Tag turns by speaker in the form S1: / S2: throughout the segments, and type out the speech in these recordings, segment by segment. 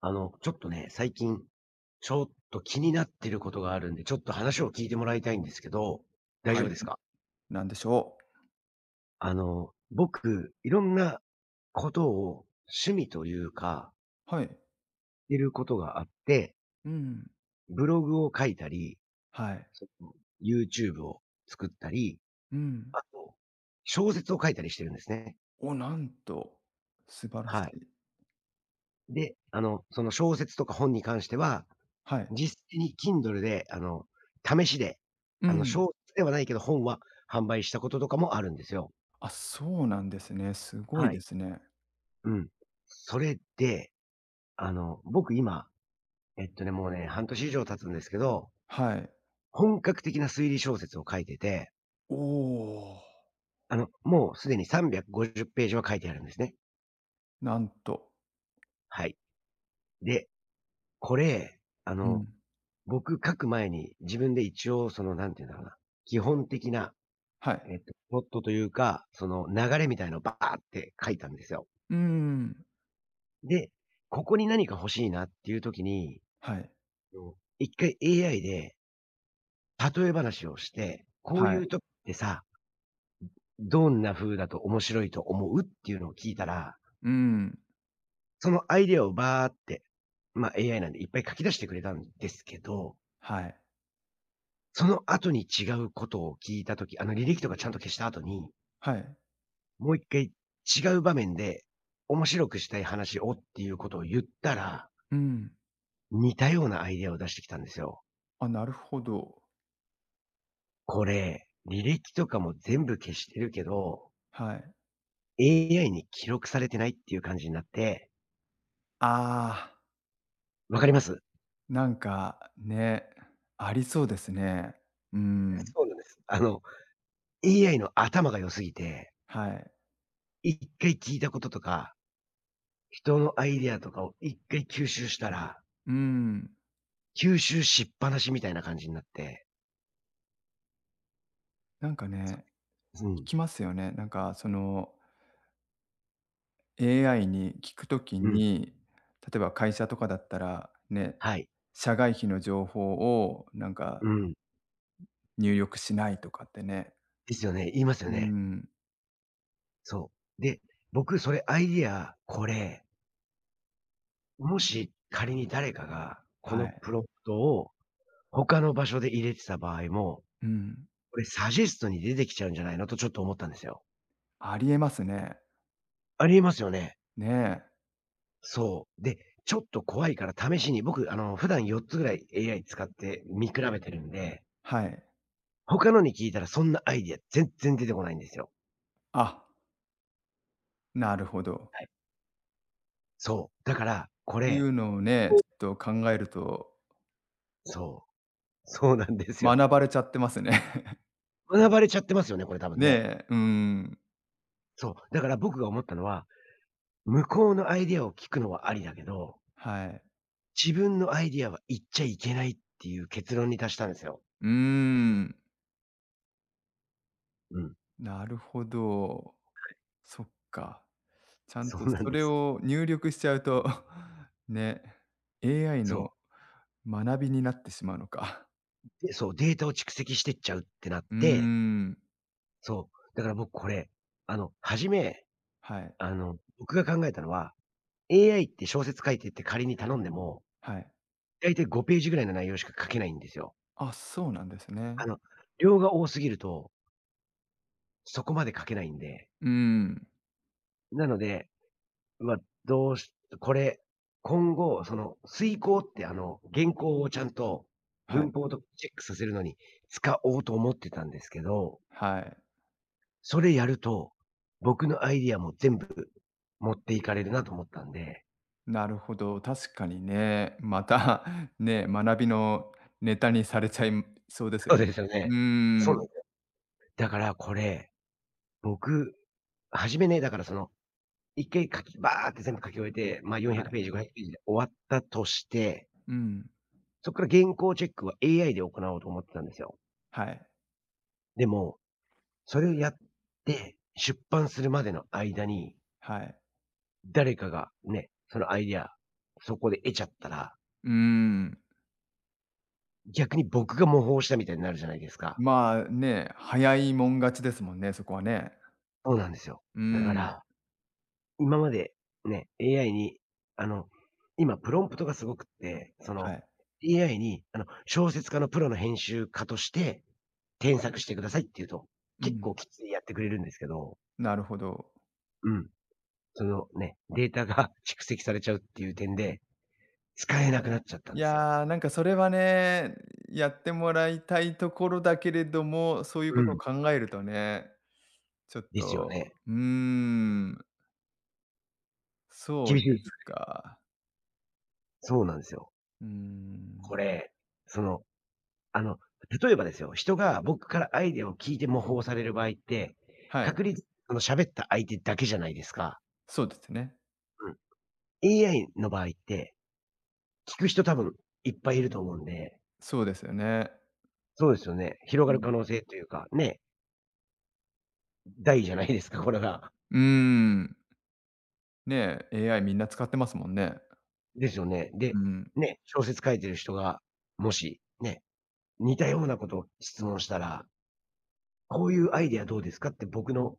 S1: ちょっとね、最近、ちょっと気になってることがあるんで、ちょっと話を聞いてもらいたいんですけど、大
S2: は
S1: 丈夫
S2: い、
S1: ですか？
S2: なんでしょう。
S1: 僕、いろんなことを趣味というか、
S2: はい。
S1: いることがあって、
S2: うん。
S1: ブログを書いたり、
S2: はい。
S1: その、YouTube を作ったり、
S2: うん。
S1: あと、小説を書いたりしてるんですね。
S2: お、なんと、素晴らし
S1: はい。
S2: い。
S1: で、その小説とか本に関しては、
S2: はい。
S1: 実際に Kindle で、試しで、
S2: うん。
S1: 小説ではないけど、本は販売したこととかもあるんですよ。
S2: あ、そうなんですね。すごい
S1: は
S2: で
S1: い。
S2: すね。
S1: うん。それで、僕今、もうね、半年以上経つんですけど、
S2: はい。
S1: 本格的な推理小説を書いてて、
S2: おお、
S1: もうすでに350ページは書いてあるんですね。
S2: なんと。
S1: はい。で、これ、あ
S2: う
S1: の、
S2: ん。
S1: 僕書く前に自分で一応その、なんて言うんだろうな、基本的な、
S2: はい。
S1: プロットというか、その流れみたいのをバーって書いたんですよ。
S2: うん。
S1: で、ここに何か欲しいなっていう時に、
S2: はい。
S1: うん一回 AI で例え話をして、こう
S2: は
S1: い
S2: い。
S1: う時ってさ、どんな風だと面白いと思うっていうのを聞いたら、
S2: うーん。
S1: そのアイデアをバーって、AI なんでいっぱい書き出してくれたんですけど、
S2: はい。
S1: その後に違うことを聞いた時、あの履歴とかちゃんと消した後に、
S2: はい。
S1: もう一回違う場面で、面白くしたい話をっていうことを言ったら、
S2: うん。
S1: 似たようなアイデアを出してきたんですよ。
S2: あ、なるほど。
S1: これ、履歴とかも全部消してるけど、
S2: はい。
S1: AI に記録されてないっていう感じになって、
S2: ああ、
S1: わかります？
S2: なんか、ね、ありそうですね。うーん。
S1: そうなんです。AI の頭が良すぎて、
S2: はい。
S1: 一回聞いたこととか、人のアイデアとかを一回吸収したら、
S2: うーん。
S1: 吸収しっぱなしみたいな感じになって。
S2: なんかね、
S1: うん、
S2: きますよね。なんかその AI に聞くとき
S1: うん、
S2: に、例えば会社とかだったら、ね、
S1: はい、
S2: 社外費の情報をなんか
S1: うん。
S2: 入力しないとかってね。
S1: ですよね、言いますよ
S2: う
S1: ね。
S2: ん。
S1: そう。で、僕それアイディア、これ、もし仮に誰かがこ
S2: は
S1: の
S2: い。
S1: プロンプトを他の場所で入れてた場合も、
S2: うん。
S1: これサジェストに出てきちゃうんじゃないのとちょっと思ったんですよ。
S2: ありえますね。
S1: ありえますよね。
S2: ねえ。
S1: そう。で、ちょっと怖いから試しに、僕、普段4つぐらい AI 使って見比べてるんで、
S2: はい。
S1: 他のに聞いたらそんなアイディア全然出てこないんですよ。
S2: あ、なるほど。
S1: はい。そう。だから、こ
S2: ってい
S1: れ
S2: うのをね、ちょっと考えると、
S1: そう。そうなんですよ。
S2: 学ばれちゃってますね。
S1: 学ばれちゃってますよね、これ多 分
S2: ね
S1: ね。
S2: え、うん。
S1: そう。だから僕が思ったのは、向こうのアイディアを聞くのはありだけど、
S2: はい。
S1: 自分のアイディアは言っちゃいけないっていう結論に達したんですよ。
S2: うーん。
S1: うん、
S2: なるほど。そっか。ちゃん
S1: そ
S2: と
S1: うなん
S2: そ
S1: で
S2: れ
S1: す。
S2: を入力しちゃうと ね、AI の
S1: そ
S2: 学びになってしまうのか。
S1: う。で、そう、データを蓄積してっちゃうってなっ
S2: うー
S1: て、
S2: ん。
S1: そう、だから僕これ、初め、
S2: はい。
S1: 僕が考えたのは、AI って小説書いてって仮に頼んでも、
S2: はい。
S1: だいたい5ページぐらいの内容しか書けないんですよ。
S2: あ、そうなんです
S1: あ
S2: ね。
S1: の、量が多すぎると、そこまで書けないんで。
S2: うーん。
S1: なので、まあ、どうしこれ、今後、その、推敲って原稿をちゃんと
S2: はい。
S1: 文法とチェックさせるのに使おうと思ってたんですけど、
S2: はい。
S1: それやると、僕のアイディアも全部持っていかれるなと思ったんで。
S2: なるほど。確かにね、また ね、学びのネタにされちゃいそうですよ
S1: そう
S2: ね。
S1: ですよね。
S2: うー
S1: そうなん
S2: ん。
S1: です。だからこれ、僕、初めね、だからその、一回バーって全部書き終えて、まあ、
S2: は
S1: 400
S2: い。
S1: ページ、500ページで終わったとして、
S2: うん。
S1: そっから原稿チェックは AI で行おうと思ってたんですよ。
S2: はい。
S1: でも、それをやって、出版するまでの間に、
S2: はい。
S1: 誰かがね、そのアイディア、そこで得ちゃったら、
S2: うーん。
S1: 逆に僕が模倣したみたいになるじゃないですか。
S2: まあ、ね、早いもん勝ちですもんね、そこはね。
S1: そうなんですよ。
S2: うー
S1: だか
S2: ん。
S1: ら今までね、AI に、あの、今プロンプトがすごくって、
S2: はい。
S1: AI に、小説家のプロの編集家として添削してくださいって言うと、
S2: う
S1: 結構
S2: ん。
S1: きついやってくれるんですけど、
S2: なるほど。
S1: うん、そのね、データが 蓄積されちゃうっていう点で、使えなくなっちゃった
S2: い
S1: んですよ。
S2: や、なんかそれはね、やってもらいたいところだけれども、そういう
S1: う
S2: ことを
S1: ん。
S2: 考えるとね、ちょっ
S1: ですよ
S2: と、
S1: ね。
S2: うーん、そ
S1: 厳
S2: う
S1: し
S2: で
S1: いです
S2: す
S1: よ。
S2: か。
S1: そうなんですよ。
S2: うー
S1: こ
S2: ん。
S1: れ、その、あの、例えばですよ、人が僕からアイデアを聞いて模倣される場合って、
S2: はい、
S1: 確率、あの喋った相手だけじゃないですか。
S2: そうですね。
S1: うん。AI の場合って、聞く人多分いっぱいいると思うんで、
S2: そうですよね。
S1: そうですよね。広
S2: う
S1: がる
S2: ん。
S1: 可能性というか、ね、大じゃないですか、これが。
S2: うーん。ねえ、AI みんな使ってますもんね。
S1: ですよね。
S2: う
S1: で、
S2: ん。
S1: ね、小説書いてる人が、もし、ね、似たようなことを質問したら、こういうアイディアどうですかって僕の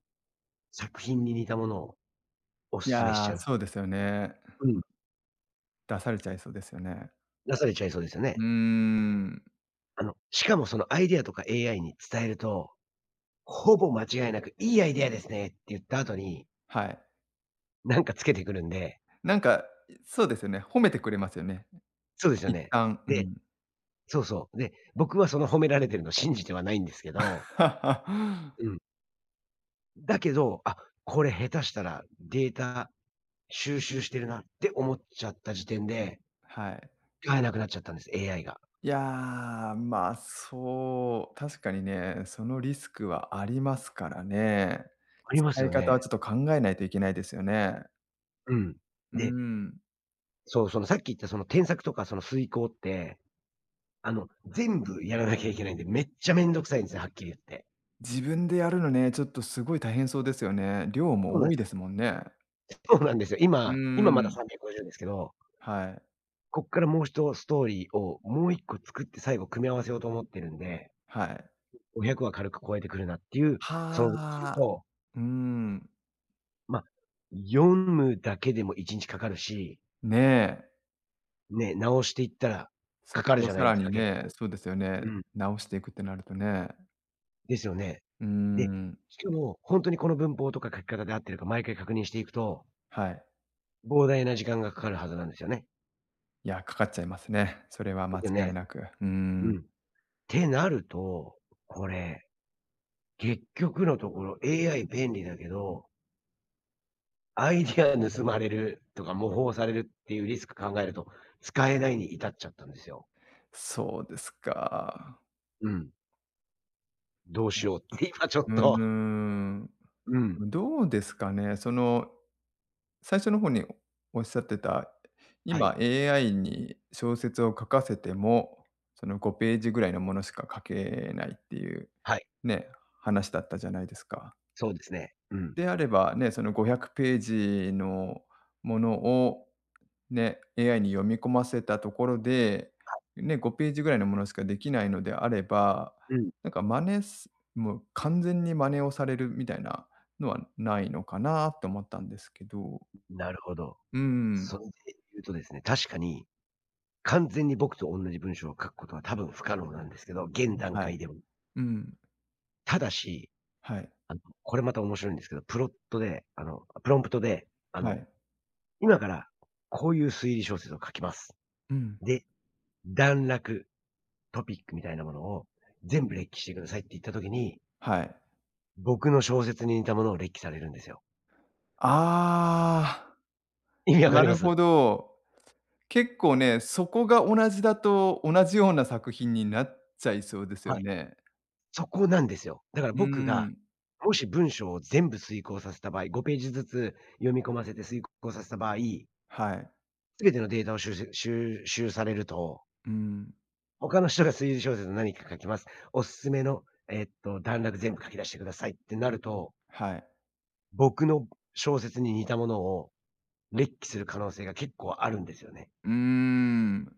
S1: 作品に似たものをお
S2: い
S1: 勧めしち
S2: や、
S1: ゃう。
S2: そうですよね。
S1: うん。
S2: 出されちゃいそうですよね。
S1: 出されちゃいそうですよ
S2: うー
S1: ね。
S2: ん、
S1: しかもそのアイディアとか AI に伝えると、ほぼ間違いなく、いいアイディアですねって言った後に、
S2: はい。
S1: なんかつけてくるんで。
S2: なんか、そうですよね、褒めてくれますよね。
S1: そうですよ
S2: 一
S1: ね。
S2: 旦、う
S1: で
S2: ん。
S1: そうそう。で、僕はその褒められてるのを信じてはないんですけど、うん。だけど、あ、これ下手したらデータ収集してるなって思っちゃった時点で、
S2: はい。
S1: 使えなくなっちゃったんです、AI が。
S2: いやー、まあ、そう、確かにね、そのリスクはありますからね。
S1: あります
S2: 使い
S1: よ
S2: 方は
S1: ね。
S2: ちょっと考えないといけないですよね。
S1: うん。
S2: う
S1: で、
S2: ん。
S1: そう、そのさっき言ったその添削とかその遂行って、全部やらなきゃいけないんで、めっちゃめんどくさいんですよ、はっきり言って。
S2: 自分でやるのね、ちょっとすごい大変そうですよね。量
S1: そう
S2: も
S1: なんで
S2: 多い
S1: す
S2: で
S1: よ。
S2: すもんね。
S1: そうなんですよ。
S2: う
S1: 今
S2: ー
S1: 今まだ
S2: ん、
S1: 350ですけど、
S2: はい、
S1: こっからもう1ストーリーをもう1個作って最後組み合わせようと思ってるんで、
S2: はい。
S1: 500は軽く超えてくるなっていう。
S2: は
S1: そうする
S2: あ。
S1: と、
S2: うーん、
S1: ま、読むだけでも1日かかるし、
S2: ねえ。
S1: ね、直していったら
S2: そ
S1: かかる
S2: こを
S1: じゃな
S2: さ
S1: い
S2: ら
S1: です
S2: に
S1: か、結
S2: ね、
S1: 構。
S2: そうですよね、
S1: うん。
S2: 直していくってなるとね、
S1: ですよね。
S2: うー
S1: で、
S2: ん、
S1: しかも、ほんとにこの文法とか書き方で合ってるか毎回確認していくと、
S2: はい。
S1: 膨大な時間がかかるはずなんですよね。
S2: いや、かかっちゃいますね。それは
S1: で
S2: 間
S1: すよ
S2: 違い
S1: ね。
S2: なく。うー
S1: う
S2: ん、
S1: ん。ってなると、これ、結局のところ AI 便利だけどアイディア盗まれるとか、模倣されるっていうリスク考えると、使えないに至っちゃったんですよ。
S2: そうですか。
S1: うん。どうしようって今ちょ
S2: うー
S1: っと、
S2: ん、
S1: うん。
S2: どうですかね、その、最初の方におっしゃってた、
S1: は
S2: 今
S1: い。
S2: AI に小説を書かせても、その5ページぐらいのものしか書けないっていう、
S1: はい。
S2: ね、話だったじゃないですか。
S1: そうですね。うん。
S2: であればね、その500ページのものをね、AI に読み込ませたところで、ね、5ページぐらいのものしかできないのであれば、
S1: うん。
S2: なんか真似すもう完全に真似をされるみたいなのはないのかなと思ったんですけど。
S1: なるほど。
S2: うん。
S1: それで言うとですね、確かに、完全に僕と同じ文章を書くことは多分不可能なんですけど、現段
S2: は
S1: 階
S2: い。
S1: でも。
S2: うん。
S1: ただし、
S2: はい、
S1: これまた面白いんですけど、プロンプトで、
S2: はい。
S1: 今からこういう推理小説を書きます。
S2: うん。
S1: で、段落トピックみたいなものを全部列記してくださいって言った時に、
S2: はい。
S1: 僕の小説に似たものを列記されるんですよ。
S2: ああ、
S1: 意味わか
S2: な
S1: りま
S2: るほ
S1: す？
S2: ど。結構ね、そこが同じだと、同じような作品になっちゃいそうです
S1: は
S2: よ
S1: い。
S2: ね。
S1: そこなんですよ。だから
S2: うー
S1: 僕が、
S2: ん、
S1: もし文章を全部遂行させた場合、5ページずつ読み込ませて遂行させた場合、全
S2: はい、
S1: てのデータを収集されると、
S2: うん、
S1: 他の人が推理小説何か書きます。おすすめの、段落全部書き出してくださいってなると、
S2: はい。
S1: 僕の小説に似たものを列記する可能性が結構あるんですよね。
S2: うーん。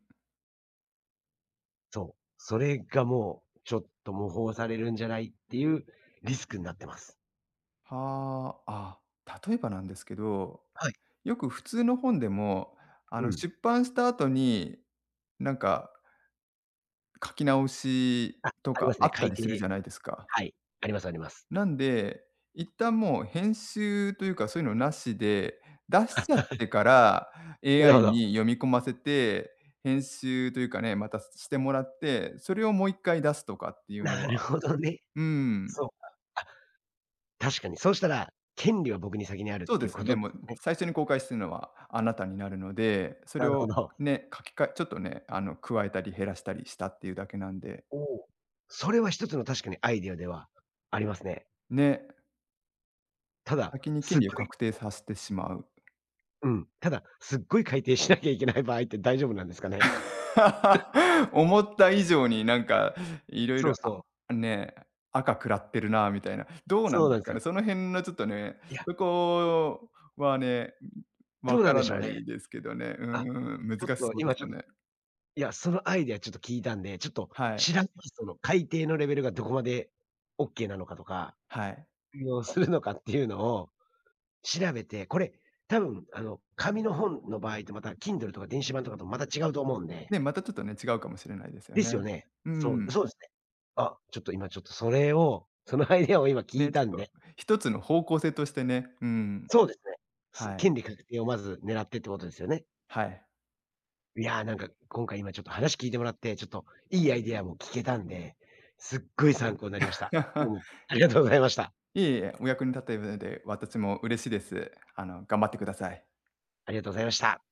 S1: そう。それがもう、ちょっと模倣されるんじゃないっていうリスクになってます。
S2: はあ、あ、例えばなんですけど、
S1: はい。
S2: よく普通の本でも、
S1: うん。
S2: 出版した後に、なんか書き直しと
S1: ありま
S2: か
S1: す
S2: あ
S1: ね、
S2: った
S1: 改
S2: りする
S1: 訂。
S2: じゃないですか。
S1: はい。ありますあります。
S2: なんで、一旦もう編集というか、そういうのなしで、出しちゃってから
S1: なるほ
S2: AI
S1: ど。
S2: に読み込ませて、編集というかね、またしてもらって、それをもう一回出すとかっていうの
S1: なる
S2: は
S1: ほどね。
S2: うん、
S1: そう、あ、確かに。そうしたら、権利は僕に先にあるっ
S2: そう
S1: て
S2: で
S1: いう
S2: すよ
S1: こ
S2: ね。
S1: とで
S2: も
S1: す
S2: う
S1: ね。
S2: 最初に公開するのはあなたになるので、それ
S1: なるほ
S2: を
S1: ど。
S2: ね、書きかえちょっとね、加えたり減らしたりしたっていうだけなんで、
S1: おお。それは一つの確かにアイデアではありますね。
S2: ね、
S1: ただ、
S2: 先に権
S1: すっ
S2: 利を
S1: ごい
S2: 確定させてしまう。
S1: うん。ただ、すっごい改訂しなきゃいけない場合って大丈夫なんですかね？
S2: 思った以上になんかいろい
S1: そ
S2: ろ
S1: う
S2: あ、
S1: そう。
S2: ね、赤くらってるなみたいな。どうな
S1: そ
S2: ん
S1: う
S2: です
S1: なんです
S2: かね、
S1: よ。
S2: その辺のちょっとね、
S1: いや、
S2: そこはね、わ
S1: どうな
S2: か
S1: ん
S2: ら
S1: でしょ
S2: な
S1: うね。
S2: いですけどね。
S1: あ、
S2: うん、難
S1: ちょっ
S2: し
S1: と
S2: そうで
S1: 今
S2: す
S1: ちょ
S2: よ
S1: っ
S2: ね。
S1: いや、そのアイデアちょっと聞いたんで、ちょっと
S2: はい、
S1: 知らない、その改定のレベルがどこまでオッケーなのかとか、
S2: はい。
S1: 通用するのかっていうのを調べて、これ、多分、紙の本の場合とまた Kindle とか電子版とかとまた違うと思うんで。
S2: ね、またちょっとね、違うかもしれないですよ
S1: で
S2: ね。
S1: すよね？
S2: う
S1: そう、
S2: ん。
S1: そうですね。あ、ちょっと今ちょっとそれを、そのアイデアを今聞
S2: ね、
S1: い
S2: ちょっ
S1: たん
S2: と
S1: で。
S2: 一つの方向性としてね、うん、
S1: そうですね。
S2: はい、
S1: 権利確定をまず狙ってってことですよね？
S2: はい。
S1: いやー、なんか今回今ちょっと話聞いてもらって、ちょっといいアイデアも聞けたんで、すっごい参考になりました。どうも ありがとうございました。
S2: いえいえ、お役に立てるので、私も嬉しいです。頑張ってください。
S1: ありがとうございました。